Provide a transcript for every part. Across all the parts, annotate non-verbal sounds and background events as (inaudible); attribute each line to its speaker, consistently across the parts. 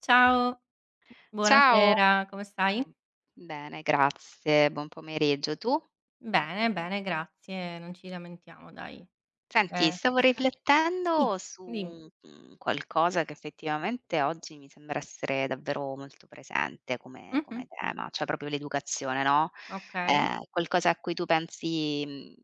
Speaker 1: Ciao,
Speaker 2: Ciao.
Speaker 1: buonasera, come stai?
Speaker 2: Bene, grazie, buon pomeriggio. Tu?
Speaker 1: Bene, bene, grazie, non ci lamentiamo dai.
Speaker 2: Senti,
Speaker 1: Eh.
Speaker 2: stavo
Speaker 1: Sì,
Speaker 2: riflettendo su
Speaker 1: dimmi.
Speaker 2: un qualcosa che effettivamente oggi mi sembra essere davvero molto presente come
Speaker 1: Mh-mh,
Speaker 2: come tema, cioè proprio l'educazione, no,
Speaker 1: okay.
Speaker 2: qualcosa a cui tu pensi,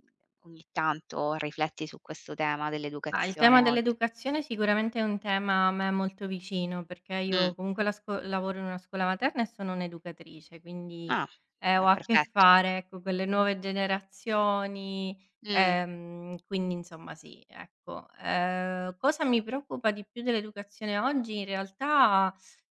Speaker 2: ogni tanto, rifletti su questo tema
Speaker 1: Ma il tema
Speaker 2: dell'educazione oggi?
Speaker 1: dell'educazione sicuramente è un tema a me molto vicino, perché
Speaker 2: Mh,
Speaker 1: io comunque la sco lavoro in una scuola materna e sono un'educatrice, quindi,
Speaker 2: ah,
Speaker 1: ho a che
Speaker 2: perfetto.
Speaker 1: fare, ecco, con le nuove generazioni,
Speaker 2: Mh,
Speaker 1: quindi insomma sì, ecco. Cosa mi preoccupa di più dell'educazione oggi? In realtà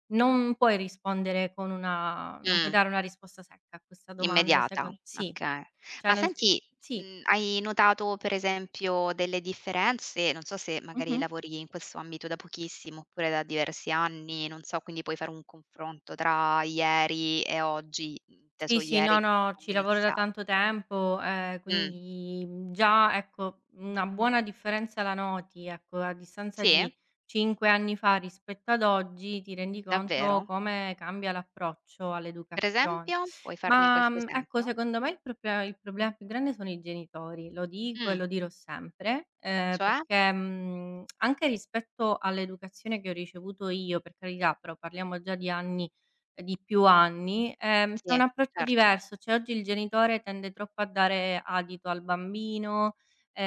Speaker 1: non puoi rispondere con una non puoi
Speaker 2: mh.
Speaker 1: dare una risposta secca a questa domanda
Speaker 2: Immediata,
Speaker 1: secon sì,
Speaker 2: okay.
Speaker 1: cioè
Speaker 2: Ma
Speaker 1: nel s
Speaker 2: senti,
Speaker 1: sì,
Speaker 2: hai notato per esempio delle differenze? Non so se magari
Speaker 1: mh-mh.
Speaker 2: lavori in questo ambito da pochissimo, oppure da diversi anni, non so, quindi puoi fare un confronto tra ieri e oggi,
Speaker 1: Sì,
Speaker 2: inteso
Speaker 1: sì, no,
Speaker 2: ieri
Speaker 1: no,
Speaker 2: quando
Speaker 1: ci
Speaker 2: hai
Speaker 1: lavoro da
Speaker 2: inizia
Speaker 1: tanto tempo,
Speaker 2: mh,
Speaker 1: quindi, già ecco, una buona differenza la noti, ecco, a distanza
Speaker 2: sì?
Speaker 1: di 5 anni fa rispetto ad oggi, ti rendi conto
Speaker 2: Davvero?
Speaker 1: come cambia l'approccio
Speaker 2: Per
Speaker 1: all'educazione.
Speaker 2: esempio? Puoi farmi
Speaker 1: Ma,
Speaker 2: qualche
Speaker 1: ecco,
Speaker 2: esempio?
Speaker 1: secondo me il problema più grande sono i genitori, lo dico e
Speaker 2: Mh,
Speaker 1: lo dirò sempre,
Speaker 2: cioè?
Speaker 1: perché, anche rispetto all'educazione che ho ricevuto io, per carità, però parliamo già di anni di più anni, c'è un
Speaker 2: Sì,
Speaker 1: approccio
Speaker 2: certo.
Speaker 1: diverso, cioè oggi il genitore tende troppo a dare adito al bambino,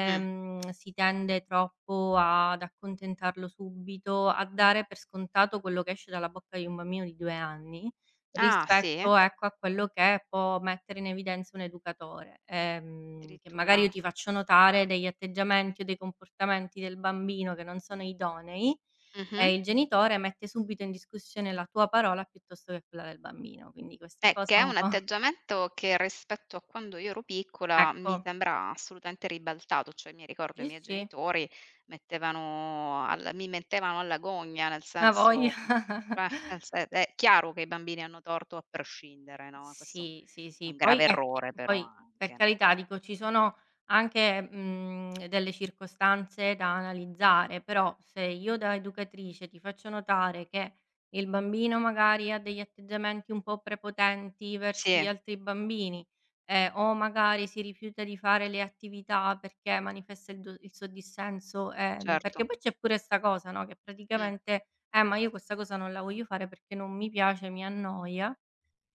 Speaker 2: Mh.
Speaker 1: si tende troppo ad accontentarlo subito, a dare per scontato quello che esce dalla bocca di un bambino di 2 anni,
Speaker 2: Ah sì?
Speaker 1: rispetto, ecco, a quello che può mettere in evidenza un educatore. Che magari io
Speaker 2: Addirittura.
Speaker 1: ti faccio notare degli atteggiamenti o dei comportamenti del bambino che non sono idonei.
Speaker 2: Mh-mh.
Speaker 1: Il genitore mette subito in discussione la tua parola piuttosto che quella del bambino, quindi questa
Speaker 2: Che
Speaker 1: cosa
Speaker 2: è
Speaker 1: un
Speaker 2: un
Speaker 1: po'
Speaker 2: atteggiamento che rispetto a quando io ero piccola
Speaker 1: ecco,
Speaker 2: mi sembra assolutamente ribaltato, cioè mi ricordo i
Speaker 1: sì,
Speaker 2: miei
Speaker 1: sì,
Speaker 2: genitori mettevano al mi mettevano alla gogna, nel
Speaker 1: a voglia.
Speaker 2: senso nel se è chiaro che i bambini hanno torto a prescindere, no, questo
Speaker 1: Sì, sì,
Speaker 2: è un
Speaker 1: sì. Poi
Speaker 2: grave
Speaker 1: è che
Speaker 2: errore però
Speaker 1: poi per
Speaker 2: anche, no?
Speaker 1: carità dico ci sono anche, delle circostanze da analizzare, però se io da educatrice ti faccio notare che il bambino magari ha degli atteggiamenti un po' prepotenti verso
Speaker 2: Sì,
Speaker 1: gli altri bambini, o magari si rifiuta di fare le attività perché manifesta il suo dissenso, perché
Speaker 2: certo.
Speaker 1: poi c'è pure 'sta cosa, no, che
Speaker 2: Mh,
Speaker 1: praticamente: ma io questa cosa non la voglio fare perché non mi piace, mi annoia".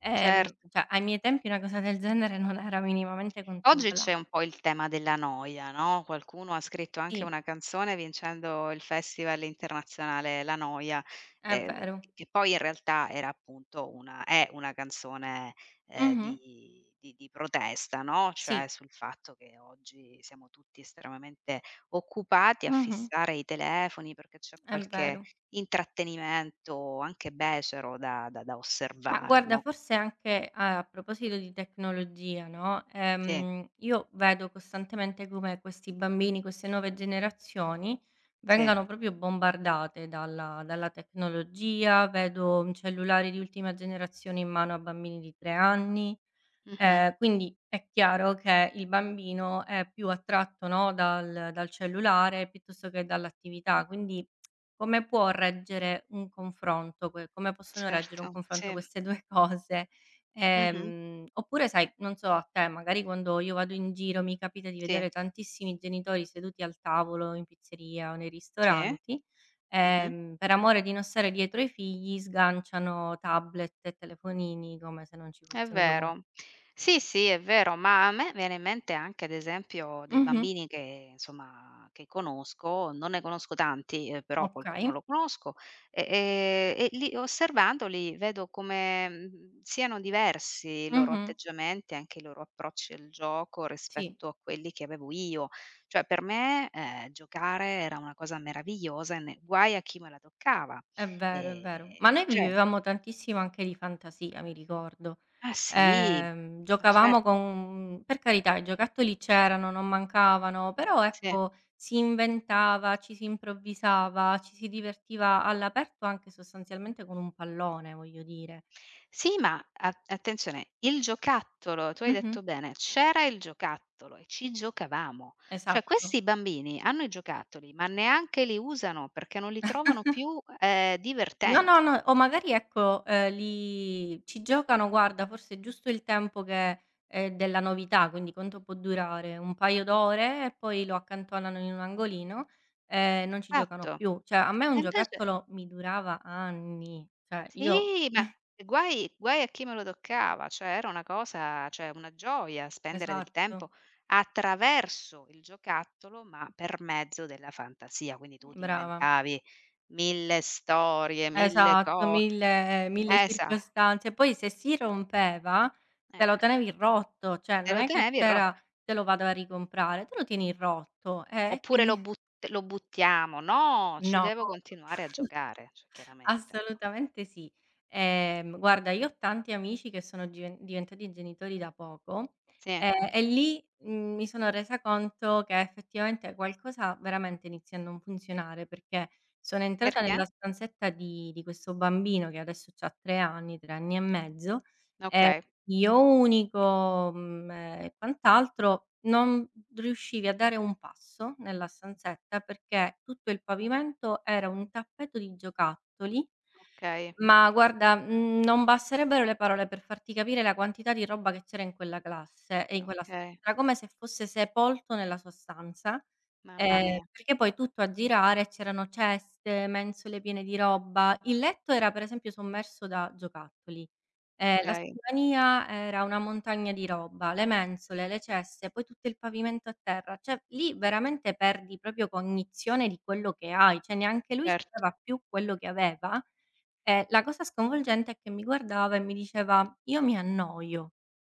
Speaker 2: certo.
Speaker 1: Cioè ai miei tempi una cosa del genere non era minimamente
Speaker 2: Oggi
Speaker 1: contempla
Speaker 2: c'è un po' il tema della noia, no, qualcuno ha scritto anche
Speaker 1: sì,
Speaker 2: una canzone vincendo il festival internazionale La Noia,
Speaker 1: è
Speaker 2: ehm,
Speaker 1: vero.
Speaker 2: che poi in realtà era appunto una è una canzone,
Speaker 1: Mh-mh.
Speaker 2: di protesta, no, cioè
Speaker 1: Sì,
Speaker 2: sul fatto che oggi siamo tutti estremamente occupati a
Speaker 1: mh-mh,
Speaker 2: fissare i telefoni perché c'è
Speaker 1: è
Speaker 2: qualche
Speaker 1: vero.
Speaker 2: intrattenimento anche becero da
Speaker 1: Ma
Speaker 2: osservare,
Speaker 1: guarda
Speaker 2: no?
Speaker 1: forse anche a proposito di tecnologia, no,
Speaker 2: Sì,
Speaker 1: io vedo costantemente come questi bambini, queste nuove generazioni
Speaker 2: sì.
Speaker 1: vengano proprio bombardate dalla tecnologia, vedo, cellulari di ultima generazione in mano a bambini di 3 anni.
Speaker 2: Mh-mh.
Speaker 1: Quindi è chiaro che il bambino è più attratto, no, dal cellulare piuttosto che dall'attività, quindi come possono reggere un
Speaker 2: Certo,
Speaker 1: confronto
Speaker 2: sì.
Speaker 1: queste 2 (laughs) cose?
Speaker 2: Mh-mh.
Speaker 1: Oppure sai, non so a te, magari quando io vado in giro mi capita di
Speaker 2: Sì,
Speaker 1: vedere tantissimi genitori seduti al tavolo in pizzeria o nei
Speaker 2: sì.
Speaker 1: ristoranti,
Speaker 2: Mh-mh.
Speaker 1: per amore di non stare dietro ai figli sganciano tablet e telefonini come se non ci
Speaker 2: È
Speaker 1: fosse un doma
Speaker 2: vero. Sì, sì, è vero, ma a me viene in mente anche ad esempio dei
Speaker 1: Mh-mh.
Speaker 2: bambini che insomma che conosco, non ne conosco tanti, però qualcuno
Speaker 1: Okay.
Speaker 2: lo conosco, e e lì osservandoli vedo come, siano diversi i loro
Speaker 1: Mh-mh.
Speaker 2: atteggiamenti, anche i loro approcci al gioco
Speaker 1: Sì,
Speaker 2: rispetto a quelli che avevo io. Cioè per me, giocare era una cosa meravigliosa e ne guai a chi me la toccava.
Speaker 1: è vero, è vero. Ma
Speaker 2: Ehm,
Speaker 1: noi
Speaker 2: cioè
Speaker 1: vivevamo tantissimo anche di fantasia, mi ricordo.
Speaker 2: ah sì, ma
Speaker 1: Giocavamo
Speaker 2: certo,
Speaker 1: con per carità i giocattoli c'erano, non mancavano, però
Speaker 2: sì.
Speaker 1: ecco si inventava, ci si improvvisava, ci si divertiva all'aperto anche sostanzialmente con un pallone, voglio dire.
Speaker 2: Sì, ma a attenzione, il giocattolo, tu hai
Speaker 1: Mh-mh.
Speaker 2: detto bene, c'era il giocattolo e ci giocavamo. Cioè
Speaker 1: Esatto.
Speaker 2: questi bambini hanno i giocattoli, ma neanche li usano perché non li trovano più,
Speaker 1: No, no,
Speaker 2: divertenti.
Speaker 1: no, o magari ecco, li ci giocano guarda forse è giusto il tempo che è della novità, quindi quanto può durare, un paio d'ore e poi lo accantonano in un angolino e non ci giocano
Speaker 2: Esatto.
Speaker 1: più. Cioè a me
Speaker 2: E
Speaker 1: un
Speaker 2: invece
Speaker 1: giocattolo mi durava anni, cioè io
Speaker 2: Sì, ma
Speaker 1: (laughs)
Speaker 2: guai guai a chi me lo toccava, cioè era una cosa cioè una gioia spendere del
Speaker 1: esatto,
Speaker 2: tempo attraverso il giocattolo, ma per mezzo della fantasia, quindi tu ti
Speaker 1: brava.
Speaker 2: inventavi 1000 storie, 1000
Speaker 1: Esatto,
Speaker 2: co
Speaker 1: mille
Speaker 2: esa
Speaker 1: circostanze. Poi se si rompeva te lo
Speaker 2: ecco,
Speaker 1: tenevi rotto, cioè
Speaker 2: te
Speaker 1: non
Speaker 2: lo
Speaker 1: è che
Speaker 2: tenevi il ro
Speaker 1: c'era: "Te lo vado a ricomprare", te lo tieni rotto, e
Speaker 2: oppure lo
Speaker 1: quindi
Speaker 2: but lo buttiamo, no, ci
Speaker 1: no,
Speaker 2: devo continuare a giocare, cioè chiaramente, no.
Speaker 1: assolutamente sì. Guarda, io ho tanti amici che sono given diventati genitori da poco,
Speaker 2: Sì,
Speaker 1: e lì, mi sono resa conto che effettivamente qualcosa veramente inizia a non funzionare, perché sono entrata
Speaker 2: perché?
Speaker 1: nella stanzetta di questo bambino che adesso c'ha 3 anni, 3 anni e mezzo, e
Speaker 2: Okay,
Speaker 1: figlio unico, e quant'altro, non riuscivi a dare un passo nella stanzetta perché tutto il pavimento era un tappeto di giocattoli,
Speaker 2: okay,
Speaker 1: ma guarda, non basterebbero le parole per farti capire la quantità di roba che c'era in quella classe e in quella stanza.
Speaker 2: okay,
Speaker 1: Era come se fosse sepolto nella sua stanza,
Speaker 2: mamma mia,
Speaker 1: perché poi tutto a girare, c'erano ceste, mensole piene di roba. Il letto era per esempio sommerso da giocattoli. La
Speaker 2: okay,
Speaker 1: scrivania era una montagna di roba, le mensole, le ceste, poi tutto il pavimento a terra, cioè lì veramente perdi proprio cognizione di quello che hai, cioè neanche lui
Speaker 2: certo.
Speaker 1: sapeva più quello che aveva. E la cosa sconvolgente è che mi guardava e mi diceva: "Io mi annoio,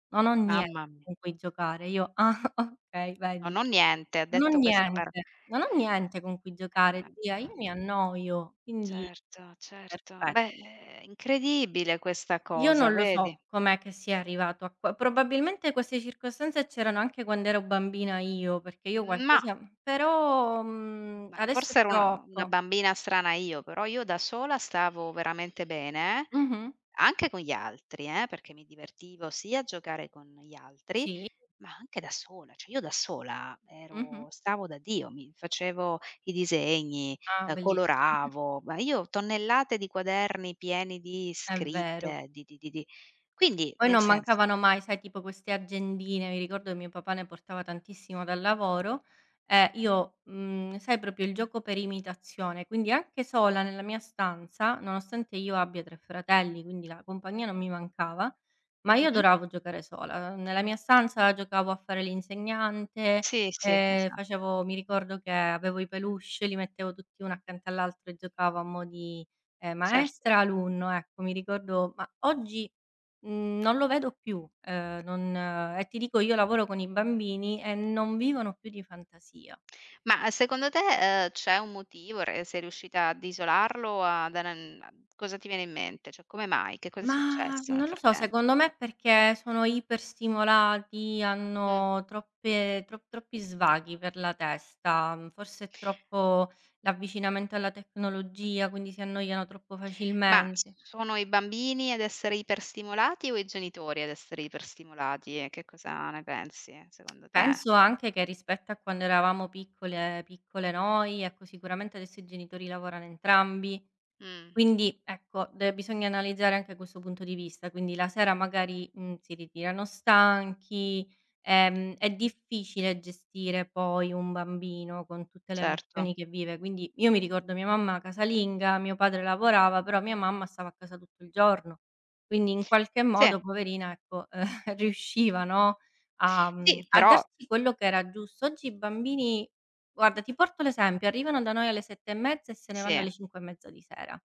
Speaker 1: non ho niente
Speaker 2: Mamma mi
Speaker 1: con cui giocare". Io: "Ah (laughs) okay,
Speaker 2: no,
Speaker 1: vedi,
Speaker 2: no niente, ha
Speaker 1: non ho
Speaker 2: detto questa par
Speaker 1: niente, non ho niente con cui giocare zia, io
Speaker 2: mamma
Speaker 1: mi
Speaker 2: mia.
Speaker 1: annoio". Quindi
Speaker 2: Certo, certo.
Speaker 1: perfe
Speaker 2: Beh, è incredibile questa
Speaker 1: io
Speaker 2: cosa,
Speaker 1: non lo
Speaker 2: vedi?
Speaker 1: so com'è che sia arrivato a qua, probabilmente queste circostanze c'erano anche quando ero bambina io, perché io
Speaker 2: Mah.
Speaker 1: qualcosa però,
Speaker 2: Ma
Speaker 1: adesso è
Speaker 2: forse ero una
Speaker 1: troppo.
Speaker 2: bambina strana io, però io da sola stavo veramente bene,
Speaker 1: Mh-mh.
Speaker 2: anche con gli altri, perché mi divertivo sia a giocare con gli altri,
Speaker 1: Sì.
Speaker 2: ma anche da sola, cioè io da sola
Speaker 1: Mh-mh.
Speaker 2: ero stavo da Dio, mi facevo i disegni,
Speaker 1: Ah, bellissi
Speaker 2: coloravo, ma io tonnellate di quaderni pieni di
Speaker 1: È vero.
Speaker 2: scritte, di quindi
Speaker 1: Poi
Speaker 2: nel
Speaker 1: non
Speaker 2: senso,
Speaker 1: mancavano mai, sai, tipo queste agendine, mi ricordo che mio papà ne portava tantissimo dal lavoro e io, sai proprio il gioco per imitazione, quindi anche sola nella mia stanza, nonostante io abbia 3 fratelli, quindi la compagnia non mi mancava, ma io
Speaker 2: mh-mh,
Speaker 1: adoravo giocare sola. Nella mia stanza giocavo a fare l'insegnante,
Speaker 2: sì, sì, esa
Speaker 1: facevo mi ricordo che avevo i peluche, li mettevo tutti uno accanto all'altro e giocavo a mo' di,
Speaker 2: certo.
Speaker 1: maestra, alunno, ecco mi ricordo ma oggi non lo vedo più, non e ti dico io lavoro con i bambini e non vivono più di fantasia.
Speaker 2: Ma secondo te, c'è un motivo? Re sei riuscita ad isolarlo, ad ana cosa ti viene in mente? Cioè, come mai? Che cosa è
Speaker 1: Ma
Speaker 2: successo nel
Speaker 1: non lo so,
Speaker 2: frattem
Speaker 1: secondo me è perché sono iperstimolati,
Speaker 2: mh.
Speaker 1: hanno troppe tro troppi svaghi per la testa, forse è troppo l'avvicinamento alla tecnologia, quindi si annoiano troppo
Speaker 2: Ma
Speaker 1: facilmente.
Speaker 2: sono i bambini ad essere iperstimolati o i genitori ad essere iperstimolati? E che cosa ne pensi secondo te?
Speaker 1: Penso anche che rispetto a quando eravamo piccole piccole noi, ecco, sicuramente adesso i genitori lavorano entrambi.
Speaker 2: Mh,
Speaker 1: Quindi ecco, de bisogna analizzare anche questo punto di vista, quindi la sera magari, si ritirano stanchi, è difficile gestire poi un bambino con tutte le
Speaker 2: certo.
Speaker 1: emozioni che vive, quindi io mi ricordo mia mamma casalinga, mio padre lavorava, però mia mamma stava a casa tutto il giorno, quindi in qualche
Speaker 2: Sì,
Speaker 1: modo poverina, ecco, (laughs) riusciva, no,
Speaker 2: sì,
Speaker 1: a
Speaker 2: però
Speaker 1: darsi quello che era giusto. Oggi i bambini guarda, ti porto l'esempio, arrivano da noi alle 7 e mezza e se ne vanno
Speaker 2: sì,
Speaker 1: alle 5 e mezza di sera.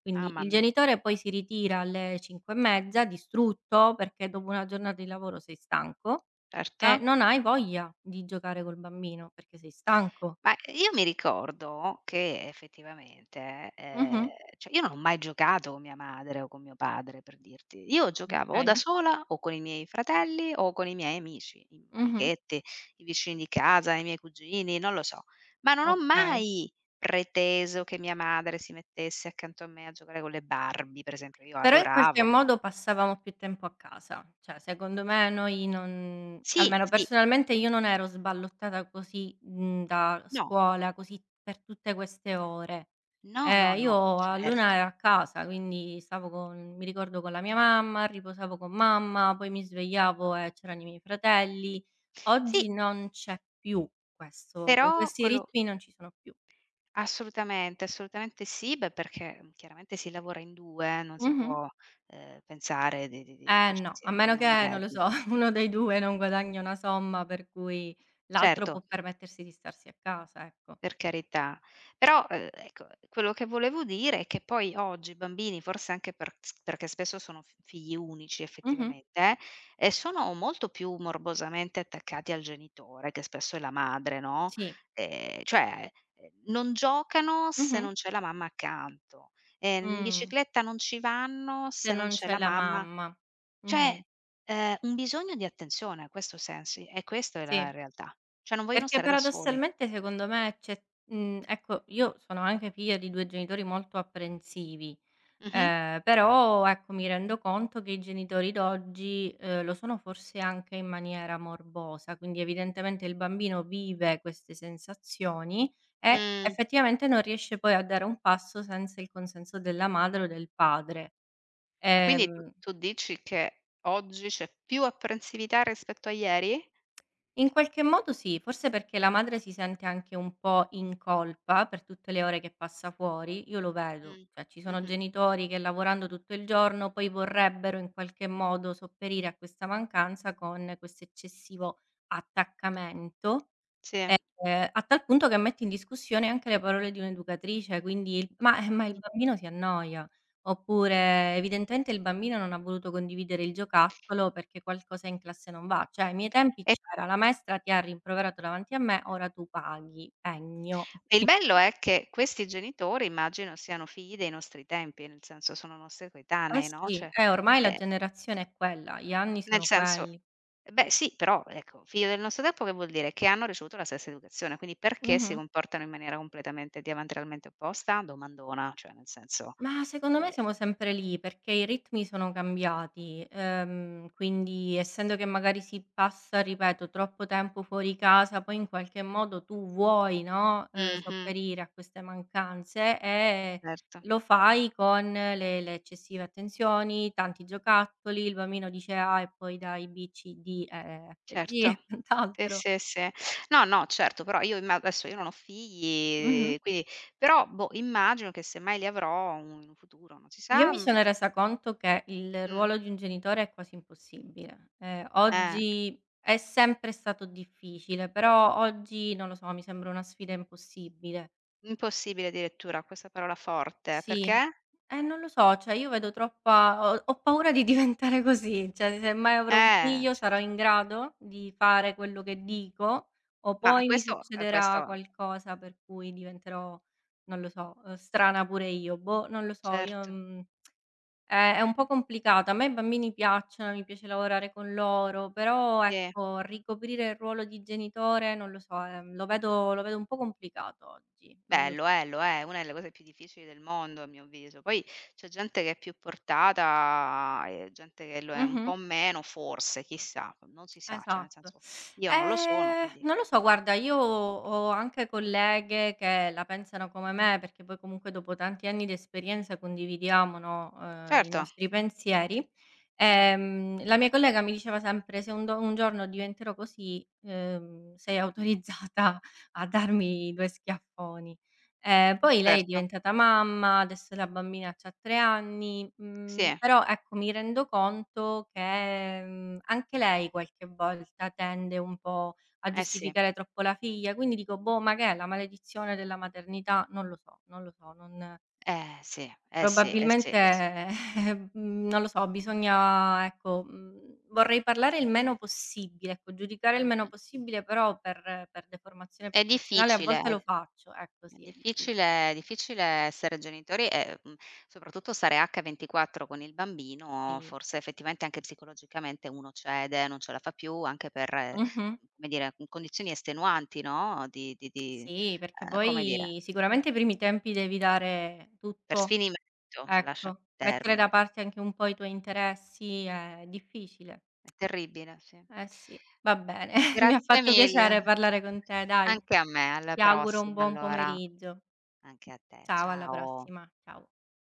Speaker 1: Quindi
Speaker 2: mamma
Speaker 1: il
Speaker 2: mia,
Speaker 1: genitore poi si ritira alle 5 e mezza distrutto, perché dopo una giornata di lavoro sei stanco
Speaker 2: certo.
Speaker 1: e non hai voglia di giocare col bambino perché sei stanco.
Speaker 2: Ma io mi ricordo che effettivamente,
Speaker 1: Mh-mh.
Speaker 2: cioè io non ho mai giocato con mia madre o con mio padre, per dirti. Io giocavo o da
Speaker 1: Okay.
Speaker 2: sola o con i miei fratelli o con i miei amici, i
Speaker 1: Mh-mh.
Speaker 2: amichetti, i vicini di casa, i miei cugini, non lo so. Ma non ho
Speaker 1: Okay.
Speaker 2: mai preteso che mia madre si mettesse accanto a me a giocare con le Barbie, per esempio, io
Speaker 1: Però in qualche
Speaker 2: adoravo.
Speaker 1: modo passavamo più tempo a casa, cioè secondo me noi non
Speaker 2: Sì,
Speaker 1: almeno
Speaker 2: sì,
Speaker 1: personalmente io non ero sballottata così, da
Speaker 2: no,
Speaker 1: scuola, così per tutte queste ore.
Speaker 2: no, no, no,
Speaker 1: Io a l'1
Speaker 2: certo.
Speaker 1: ero a casa, quindi stavo con mi ricordo con la mia mamma, riposavo con mamma, poi mi svegliavo e c'erano i miei fratelli.
Speaker 2: Sì.
Speaker 1: Oggi non c'è più questo que
Speaker 2: però
Speaker 1: questi
Speaker 2: quello
Speaker 1: ritmi non ci sono più.
Speaker 2: Assolutamente, assolutamente sì, beh, perché, chiaramente si lavora in 2, non si
Speaker 1: Mh-mh.
Speaker 2: può, pensare di
Speaker 1: Eh
Speaker 2: che ci
Speaker 1: no, a
Speaker 2: sia un
Speaker 1: meno che, non lo so,
Speaker 2: monoreddito.
Speaker 1: (laughs) uno dei 2 non guadagni una somma per cui l'altro
Speaker 2: Certo.
Speaker 1: può permettersi di starsi a casa, ecco.
Speaker 2: Per carità. Però, ecco, quello che volevo dire è che poi oggi i bambini, forse anche perché spesso sono f figli unici
Speaker 1: Mh-mh.
Speaker 2: effettivamente, e sono molto più morbosamente attaccati al genitore, che spesso è la madre, no,
Speaker 1: Sì.
Speaker 2: cioè, non giocano se
Speaker 1: Mh-mh.
Speaker 2: non c'è la mamma accanto, in
Speaker 1: Mh.
Speaker 2: bicicletta non ci vanno
Speaker 1: Se
Speaker 2: se non
Speaker 1: non
Speaker 2: c'è
Speaker 1: c'è
Speaker 2: la
Speaker 1: la
Speaker 2: mamma.
Speaker 1: mamma.
Speaker 2: Cioè,
Speaker 1: Mh-mh.
Speaker 2: un bisogno di attenzione, questo sensi e questa è la
Speaker 1: Sì.
Speaker 2: realtà. Cioè non vogliono
Speaker 1: Perché
Speaker 2: stare da soli.
Speaker 1: paradossalmente secondo me c'è ecco, io sono anche figlia di 2 genitori molto apprensivi.
Speaker 2: Mh-mh.
Speaker 1: Però ecco, mi rendo conto che i genitori d'oggi, lo sono forse anche in maniera morbosa, quindi evidentemente il bambino vive queste sensazioni e
Speaker 2: Mh.
Speaker 1: effettivamente non riesce poi a dare un passo senza il consenso della madre o del padre.
Speaker 2: Ma quindi tu
Speaker 1: Ehm
Speaker 2: tu dici che oggi c'è più apprensività rispetto a ieri?
Speaker 1: In qualche modo sì, forse perché la madre si sente anche un po' in colpa per tutte le ore che passa fuori, io lo vedo,
Speaker 2: Mh.
Speaker 1: cioè ci sono
Speaker 2: Mh-mh.
Speaker 1: genitori che lavorando tutto il giorno poi vorrebbero in qualche modo sopperire a questa mancanza con questo eccessivo attaccamento.
Speaker 2: Sì.
Speaker 1: A tal punto che metti in discussione anche le parole di un'educatrice, quindi il ma il
Speaker 2: Mh.
Speaker 1: bambino si annoia", oppure "evidentemente il bambino non ha voluto condividere il giocattolo perché qualcosa in classe non va". Cioè ai miei tempi
Speaker 2: E
Speaker 1: c'era: "La maestra ti ha rimproverato davanti a me, ora tu paghi, pegno".
Speaker 2: e il
Speaker 1: (laughs)
Speaker 2: bello è che questi genitori immagino siano figli dei nostri tempi, nel senso sono nostri
Speaker 1: Qui eh
Speaker 2: coetanei, no,
Speaker 1: sì,
Speaker 2: cioè,
Speaker 1: ormai la
Speaker 2: ehm,
Speaker 1: generazione è quella, gli anni
Speaker 2: nel
Speaker 1: sono
Speaker 2: senso
Speaker 1: quelli.
Speaker 2: beh sì, però ecco, figlio del nostro tempo che vuol dire? Che hanno ricevuto la stessa educazione, quindi perché si
Speaker 1: Mh-mh.
Speaker 2: comportano in maniera completamente diametralmente opposta? Domandona, cioè nel senso,
Speaker 1: Ma secondo me
Speaker 2: ehm
Speaker 1: siamo sempre lì, perché i ritmi sono cambiati, quindi essendo che magari si passa, ripeto, troppo tempo fuori casa, poi in qualche modo tu vuoi, no,
Speaker 2: mh-mh.
Speaker 1: sopperire a queste mancanze e
Speaker 2: Certo.
Speaker 1: lo fai con le eccessive attenzioni, tanti giocattoli, il bambino dice A e poi dai B, C, D, E, F, G (laughs) e
Speaker 2: Certo. Sì,
Speaker 1: quant'altro.
Speaker 2: sì, sì. No, no, certo, però io imma adesso io non ho
Speaker 1: Mh-mh.
Speaker 2: figli, quindi però, boh, immagino che semmai li avrò un in un futuro, non si
Speaker 1: Io
Speaker 2: sa,
Speaker 1: mi
Speaker 2: mhmm
Speaker 1: sono resa conto che il
Speaker 2: mh,
Speaker 1: ruolo di un genitore è quasi impossibile.
Speaker 2: eh,
Speaker 1: Oggi è sempre stato difficile, però oggi, non lo so, mi sembra una sfida impossibile.
Speaker 2: impossibile addirittura, questa parola forte,
Speaker 1: Sì.
Speaker 2: perché?
Speaker 1: Non lo so, cioè io vedo troppa ho paura di (laughs) diventare così, cioè se mai avrò un figlio sarò
Speaker 2: Certo.
Speaker 1: in grado di fare quello che dico o
Speaker 2: Ma
Speaker 1: poi mi
Speaker 2: questo questo
Speaker 1: succederà qualcosa per cui diventerò, non lo so, strana pure io. Boh, non lo so, io,
Speaker 2: certo,
Speaker 1: mhmm è un po' complicata. A me i bambini piacciono, mi piace lavorare con loro, però
Speaker 2: sì.
Speaker 1: ecco, ricoprire il ruolo di genitore non lo so, lo vedo un po' complicato oggi, non
Speaker 2: Beh,
Speaker 1: lo so.
Speaker 2: lo è una delle cose più difficili del mondo a mio avviso. Poi c'è gente che è più portata e gente che lo è un
Speaker 1: Mh-mh.
Speaker 2: po' meno, forse, chissà, non si sa, cioè nel
Speaker 1: Esatto.
Speaker 2: senso io non lo sono, quindi
Speaker 1: Non lo so, guarda, io ho anche colleghe che la pensano come me, perché poi comunque dopo tanti anni di esperienza condividiamo, no, i
Speaker 2: certo,
Speaker 1: nostri pensieri.
Speaker 2: mh-mh,
Speaker 1: La mia collega mi diceva sempre: "Se un giorno diventerò così, sei autorizzata (laughs) a darmi 2 schiaffoni". Poi lei è
Speaker 2: certo,
Speaker 1: diventata mamma, adesso la bambina c'ha 3 anni,
Speaker 2: sì,
Speaker 1: però ecco mi rendo conto che, anche lei qualche volta tende un po' a
Speaker 2: eh sì,
Speaker 1: giustificare troppo la figlia, quindi dico: "Boh, ma che è la maledizione della maternità?" Non lo so, non lo so, non
Speaker 2: eh sì, eh sì, eh sì,
Speaker 1: probabilmente,
Speaker 2: eh sì,
Speaker 1: (laughs) non lo so, bisogna ecco, vorrei parlare il meno possibile, ecco, giudicare il meno
Speaker 2: mh-mh.
Speaker 1: possibile, però per deformazione
Speaker 2: È
Speaker 1: professionale a
Speaker 2: difficile.
Speaker 1: volte lo faccio, ecco
Speaker 2: È
Speaker 1: sì, è diffi
Speaker 2: difficile è difficile essere genitori e, soprattutto stare H24 con il bambino,
Speaker 1: sì.
Speaker 2: forse effettivamente anche psicologicamente uno cede, non ce la fa più, anche per,
Speaker 1: Mh-mh.
Speaker 2: come dire, con condizioni estenuanti, no, di
Speaker 1: Sì, perché
Speaker 2: come dire,
Speaker 1: poi sicuramente i primi tempi devi dare
Speaker 2: per
Speaker 1: tutto,
Speaker 2: sfinimento, f lasciami
Speaker 1: ecco.
Speaker 2: il
Speaker 1: Mettere
Speaker 2: termine.
Speaker 1: da parte anche un po' i tuoi interessi è difficile.
Speaker 2: È terribile, sì.
Speaker 1: Eh sì, va bene. (laughs) Mi ha
Speaker 2: Grazie
Speaker 1: fatto piacere
Speaker 2: mille,
Speaker 1: parlare con te, dai.
Speaker 2: anche a me. Alla
Speaker 1: Ti auguro un
Speaker 2: prossima
Speaker 1: buon
Speaker 2: allora.
Speaker 1: pomeriggio.
Speaker 2: Anche a te.
Speaker 1: Ciao, alla
Speaker 2: Ciao.
Speaker 1: prossima. Ciao.